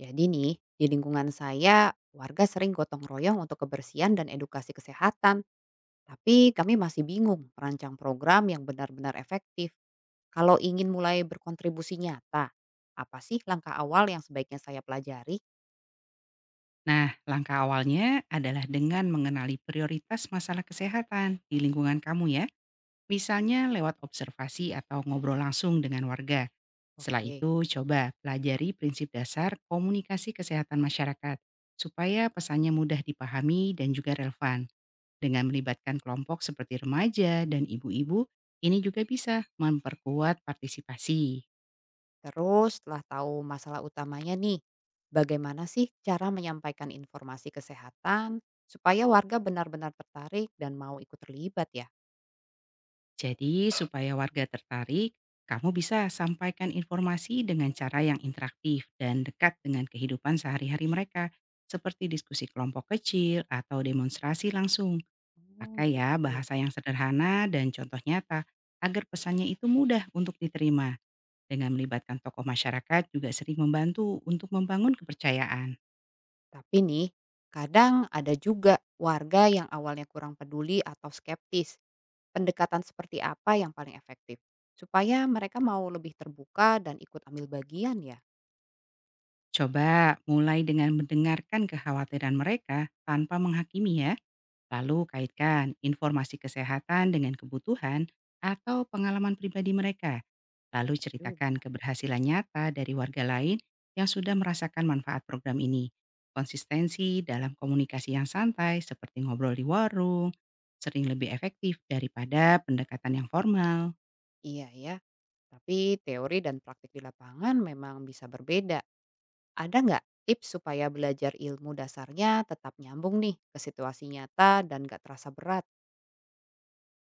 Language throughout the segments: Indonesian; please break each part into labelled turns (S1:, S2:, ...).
S1: Jadi nih, di lingkungan saya, warga sering gotong royong untuk kebersihan dan edukasi kesehatan. Tapi kami masih bingung merancang program yang benar-benar efektif. Kalau ingin mulai berkontribusi nyata, apa sih langkah awal yang sebaiknya saya pelajari?
S2: Nah, langkah awalnya adalah dengan mengenali prioritas masalah kesehatan di lingkungan kamu ya. Misalnya lewat observasi atau ngobrol langsung dengan warga. Setelah
S1: Oke,
S2: itu, coba pelajari prinsip dasar komunikasi kesehatan masyarakat supaya pesannya mudah dipahami dan juga relevan. Dengan melibatkan kelompok seperti remaja dan ibu-ibu, ini juga bisa memperkuat partisipasi.
S1: terus setelah tahu masalah utamanya nih, bagaimana sih cara menyampaikan informasi kesehatan supaya warga benar-benar tertarik dan mau ikut terlibat ya?
S2: Jadi, supaya warga tertarik, kamu bisa sampaikan informasi dengan cara yang interaktif dan dekat dengan kehidupan sehari-hari mereka, seperti diskusi kelompok kecil atau demonstrasi langsung.
S1: Oh
S2: Pakai ya
S1: gitu.
S2: bahasa yang sederhana dan contoh nyata, agar pesannya itu mudah untuk diterima. Dengan melibatkan tokoh masyarakat juga sering membantu untuk membangun kepercayaan.
S1: Tapi nih, kadang ada juga warga yang awalnya kurang peduli atau skeptis. Pendekatan seperti apa yang paling efektif? Supaya mereka mau lebih terbuka dan ikut ambil bagian ya.
S2: Coba mulai dengan mendengarkan kekhawatiran mereka tanpa menghakimi ya. Lalu kaitkan informasi kesehatan dengan kebutuhan atau pengalaman pribadi mereka. Lalu
S1: Bener juga.
S2: ceritakan keberhasilan nyata dari warga lain yang sudah merasakan manfaat program ini. Konsistensi dalam komunikasi yang santai seperti ngobrol di warung, sering lebih efektif daripada pendekatan yang formal.
S1: Iya ya, tapi teori dan praktik di lapangan memang bisa berbeda. Ada nggak tips supaya belajar ilmu dasarnya tetap nyambung nih ke situasi nyata dan nggak terasa berat?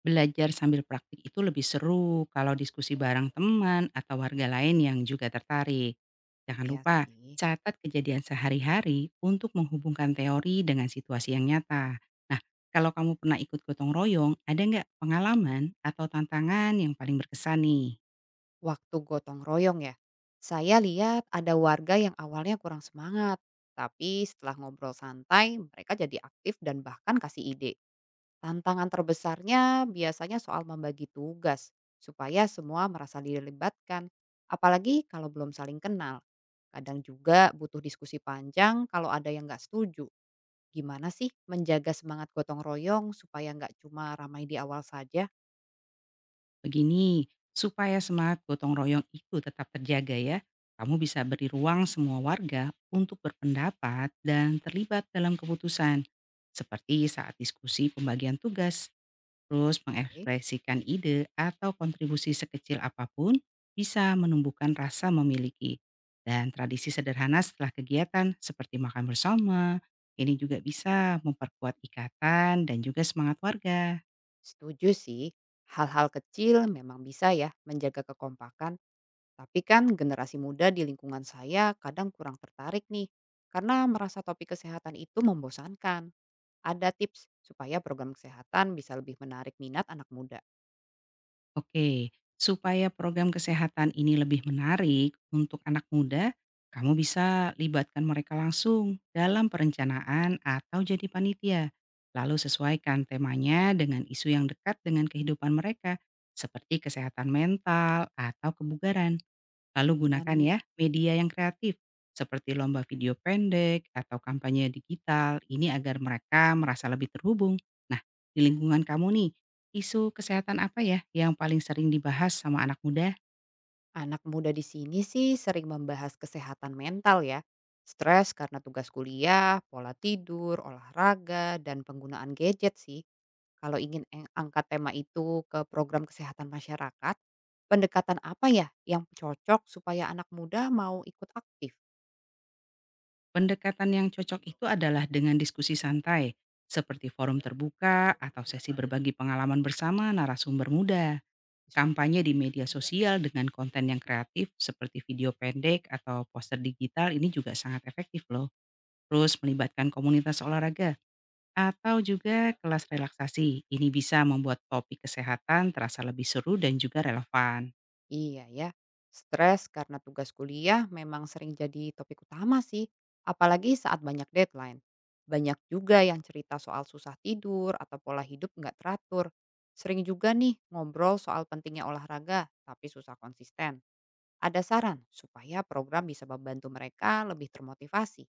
S2: Belajar sambil praktik itu lebih seru kalau diskusi bareng teman atau warga lain yang juga tertarik. Jangan
S1: Iya
S2: lupa
S1: sih.
S2: catat kejadian sehari-hari untuk menghubungkan teori dengan situasi yang nyata. Nah, kalau kamu pernah ikut gotong royong, ada nggak pengalaman atau tantangan yang paling berkesan nih?
S1: Waktu gotong royong ya, saya lihat ada warga yang awalnya kurang semangat, tapi setelah ngobrol santai, mereka jadi aktif dan bahkan kasih ide. Tantangan terbesarnya biasanya soal membagi tugas, supaya semua merasa dilibatkan, apalagi kalau belum saling kenal. Kadang juga butuh diskusi panjang kalau ada yang nggak setuju. Gimana sih menjaga semangat gotong royong supaya nggak cuma ramai di awal saja?
S2: Begini, supaya semangat gotong royong itu tetap terjaga ya, kamu bisa beri ruang semua warga untuk berpendapat dan terlibat dalam keputusan. Seperti saat diskusi pembagian tugas, terus
S1: Oke.
S2: mengekspresikan ide atau kontribusi sekecil apapun bisa menumbuhkan rasa memiliki. Dan tradisi sederhana setelah kegiatan seperti makan bersama, ini juga bisa memperkuat ikatan dan juga semangat warga.
S1: Setuju sih, hal-hal kecil memang bisa ya menjaga kekompakan, tapi kan generasi muda di lingkungan saya kadang kurang tertarik nih, karena merasa topik kesehatan itu membosankan. Ada tips supaya program kesehatan bisa lebih menarik minat anak muda.
S2: Oke, supaya program kesehatan ini lebih menarik untuk anak muda, kamu bisa libatkan mereka langsung dalam perencanaan atau jadi panitia. Lalu sesuaikan temanya dengan isu yang dekat dengan kehidupan mereka, seperti kesehatan mental atau kebugaran. Lalu
S1: Oh
S2: gunakan
S1: nih,
S2: ya media yang kreatif seperti lomba video pendek atau kampanye digital ini agar mereka merasa lebih terhubung. Nah, di lingkungan kamu nih, isu kesehatan apa ya yang paling sering dibahas sama anak muda?
S1: anak muda di sini sih sering membahas kesehatan mental ya, stres karena tugas kuliah, pola tidur, olahraga, dan penggunaan gadget sih. Kalau ingin angkat tema itu ke program kesehatan masyarakat, pendekatan apa ya yang cocok supaya anak muda mau ikut aktif?
S2: Pendekatan yang cocok itu adalah dengan diskusi santai, seperti forum terbuka atau sesi berbagi pengalaman bersama narasumber muda. Kampanye di media sosial dengan konten yang kreatif seperti video pendek atau poster digital ini juga sangat efektif loh. Terus melibatkan komunitas olahraga atau juga kelas relaksasi. Ini bisa membuat topik kesehatan terasa lebih seru dan juga relevan.
S1: Iya ya, stres karena tugas kuliah memang sering jadi topik utama sih, apalagi saat banyak deadline. Banyak juga yang cerita soal susah tidur atau pola hidup nggak teratur. Sering juga nih ngobrol soal pentingnya olahraga, tapi susah konsisten. Ada saran supaya program bisa membantu mereka lebih termotivasi.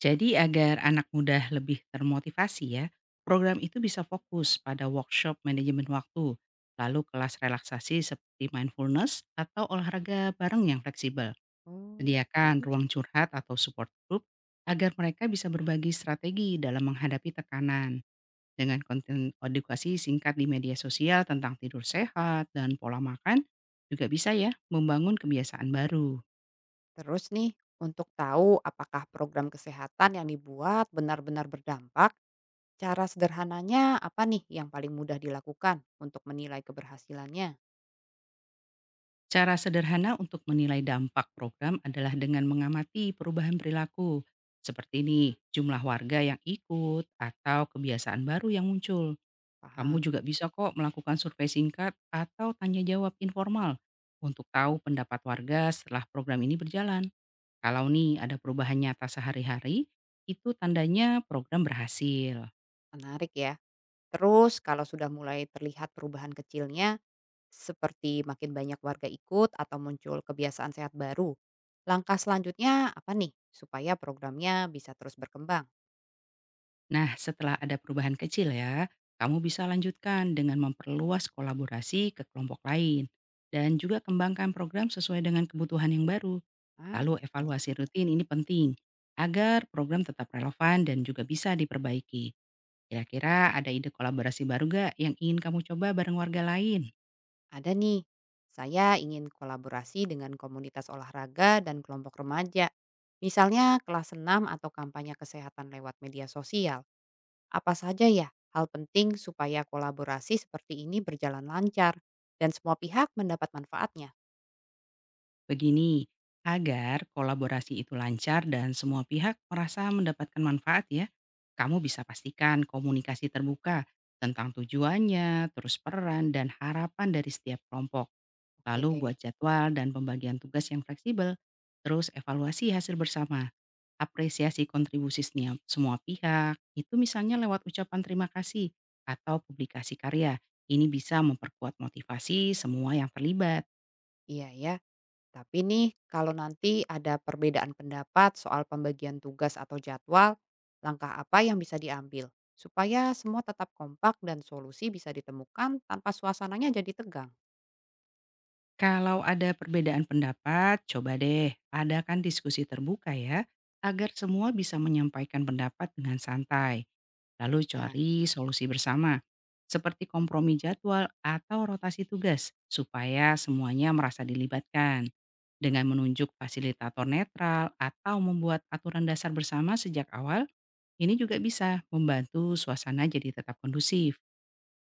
S2: Jadi agar anak muda lebih termotivasi ya, program itu bisa fokus pada workshop manajemen waktu, lalu kelas relaksasi seperti mindfulness atau olahraga bareng yang fleksibel.
S1: Oh, terus?
S2: Sediakan ruang curhat atau support group agar mereka bisa berbagi strategi dalam menghadapi tekanan. Dengan konten edukasi singkat di media sosial tentang tidur sehat dan pola makan, juga bisa ya membangun kebiasaan baru.
S1: Terus nih, untuk tahu apakah program kesehatan yang dibuat benar-benar berdampak, cara sederhananya apa nih yang paling mudah dilakukan untuk menilai keberhasilannya?
S2: Cara sederhana untuk menilai dampak program adalah dengan mengamati perubahan perilaku, seperti ini jumlah warga yang ikut atau kebiasaan baru yang muncul. Kamu
S1: Paham,
S2: juga bisa kok melakukan survei singkat atau tanya jawab informal untuk tahu pendapat warga setelah program ini berjalan. Kalau nih ada perubahan nyata sehari-hari, itu tandanya program berhasil.
S1: menarik ya. Terus kalau sudah mulai terlihat perubahan kecilnya, seperti makin banyak warga ikut atau muncul kebiasaan sehat baru, langkah selanjutnya apa nih supaya programnya bisa terus berkembang?
S2: Nah, setelah ada perubahan kecil ya, kamu bisa lanjutkan dengan memperluas kolaborasi ke kelompok lain dan juga kembangkan program sesuai dengan kebutuhan yang baru.
S1: Ah,
S2: Lalu
S1: benar
S2: evaluasi
S1: juga.
S2: rutin ini penting agar program tetap relevan dan juga bisa diperbaiki. Kira-kira ada ide kolaborasi baru gak yang ingin kamu coba bareng warga lain?
S1: Ada nih, saya ingin kolaborasi dengan komunitas olahraga dan kelompok remaja. Misalnya kelas senam atau kampanye kesehatan lewat media sosial. Apa saja ya hal penting supaya kolaborasi seperti ini berjalan lancar dan semua pihak mendapat manfaatnya.
S2: Begini, agar kolaborasi itu lancar dan semua pihak merasa mendapatkan manfaat ya, kamu bisa pastikan komunikasi terbuka tentang tujuannya, terus peran, dan harapan dari setiap kelompok.
S1: Oke
S2: Lalu
S1: deh.
S2: buat jadwal dan pembagian tugas yang fleksibel, terus evaluasi hasil bersama, apresiasi kontribusi semua pihak, itu misalnya lewat ucapan terima kasih atau publikasi karya. Ini bisa memperkuat motivasi semua yang terlibat.
S1: Iya ya, tapi nih kalau nanti ada perbedaan pendapat soal pembagian tugas atau jadwal, langkah apa yang bisa diambil supaya semua tetap kompak dan solusi bisa ditemukan tanpa suasananya jadi tegang?
S2: Kalau ada perbedaan pendapat, coba deh adakan diskusi terbuka ya, agar semua bisa menyampaikan pendapat dengan santai. Lalu
S1: Nah,
S2: cari solusi bersama, seperti kompromi jadwal atau rotasi tugas, supaya semuanya merasa dilibatkan. Dengan menunjuk fasilitator netral atau membuat aturan dasar bersama sejak awal, ini juga bisa membantu suasana jadi tetap kondusif.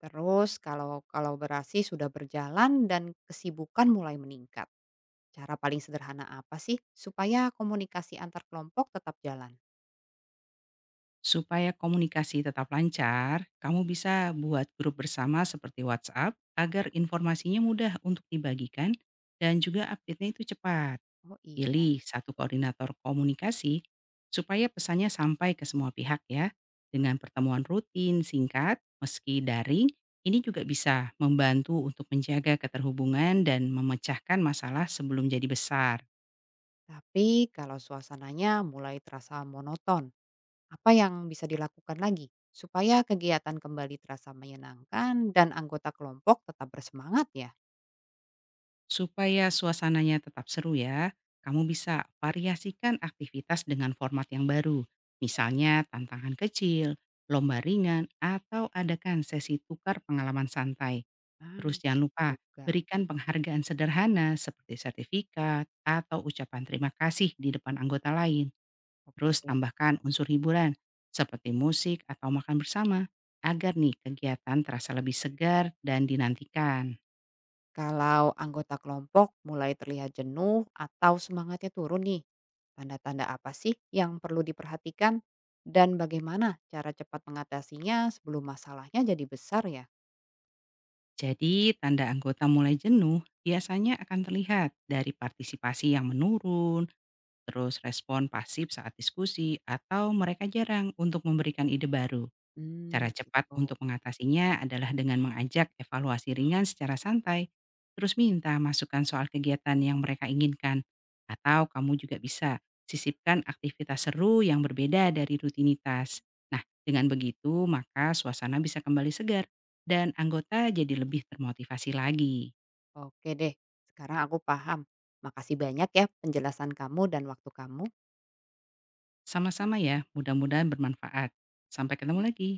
S1: terus kalau kolaborasi sudah berjalan dan kesibukan mulai meningkat, cara paling sederhana apa sih supaya komunikasi antar kelompok tetap jalan?
S2: Supaya komunikasi tetap lancar, kamu bisa buat grup bersama seperti WhatsApp agar informasinya mudah untuk dibagikan dan juga update-nya itu cepat.
S1: Oh iya,
S2: Pilih satu koordinator komunikasi supaya pesannya sampai ke semua pihak ya. Dengan pertemuan rutin singkat meski daring, ini juga bisa membantu untuk menjaga keterhubungan dan memecahkan masalah sebelum jadi besar.
S1: tapi kalau suasananya mulai terasa monoton, apa yang bisa dilakukan lagi supaya kegiatan kembali terasa menyenangkan dan anggota kelompok tetap bersemangat ya?
S2: Supaya suasananya tetap seru ya, kamu bisa variasikan aktivitas dengan format yang baru. Misalnya tantangan kecil, lomba ringan, atau adakan sesi tukar pengalaman santai.
S1: Ah,
S2: Terus jangan
S1: bener
S2: lupa,
S1: juga.
S2: berikan penghargaan sederhana seperti sertifikat atau ucapan terima kasih di depan anggota lain.
S1: Oke.
S2: Terus tambahkan unsur hiburan seperti musik atau makan bersama agar nih kegiatan terasa lebih segar dan dinantikan.
S1: Kalau anggota kelompok mulai terlihat jenuh atau semangatnya turun nih, tanda-tanda apa sih yang perlu diperhatikan dan bagaimana cara cepat mengatasinya sebelum masalahnya jadi besar ya?
S2: Jadi, tanda anggota mulai jenuh biasanya akan terlihat dari partisipasi yang menurun, terus respon pasif saat diskusi, atau mereka jarang untuk memberikan ide baru. Cara
S1: Hmm,
S2: cepat
S1: gitu.
S2: untuk mengatasinya adalah dengan mengajak evaluasi ringan secara santai, terus minta masukan soal kegiatan yang mereka inginkan. Atau kamu juga bisa sisipkan aktivitas seru yang berbeda dari rutinitas. Nah, dengan begitu maka suasana bisa kembali segar dan anggota jadi lebih termotivasi lagi.
S1: Oke deh, sekarang aku paham. Makasih banyak ya penjelasan kamu dan waktu kamu.
S2: Sama-sama ya, mudah-mudahan bermanfaat. Sampai ketemu lagi.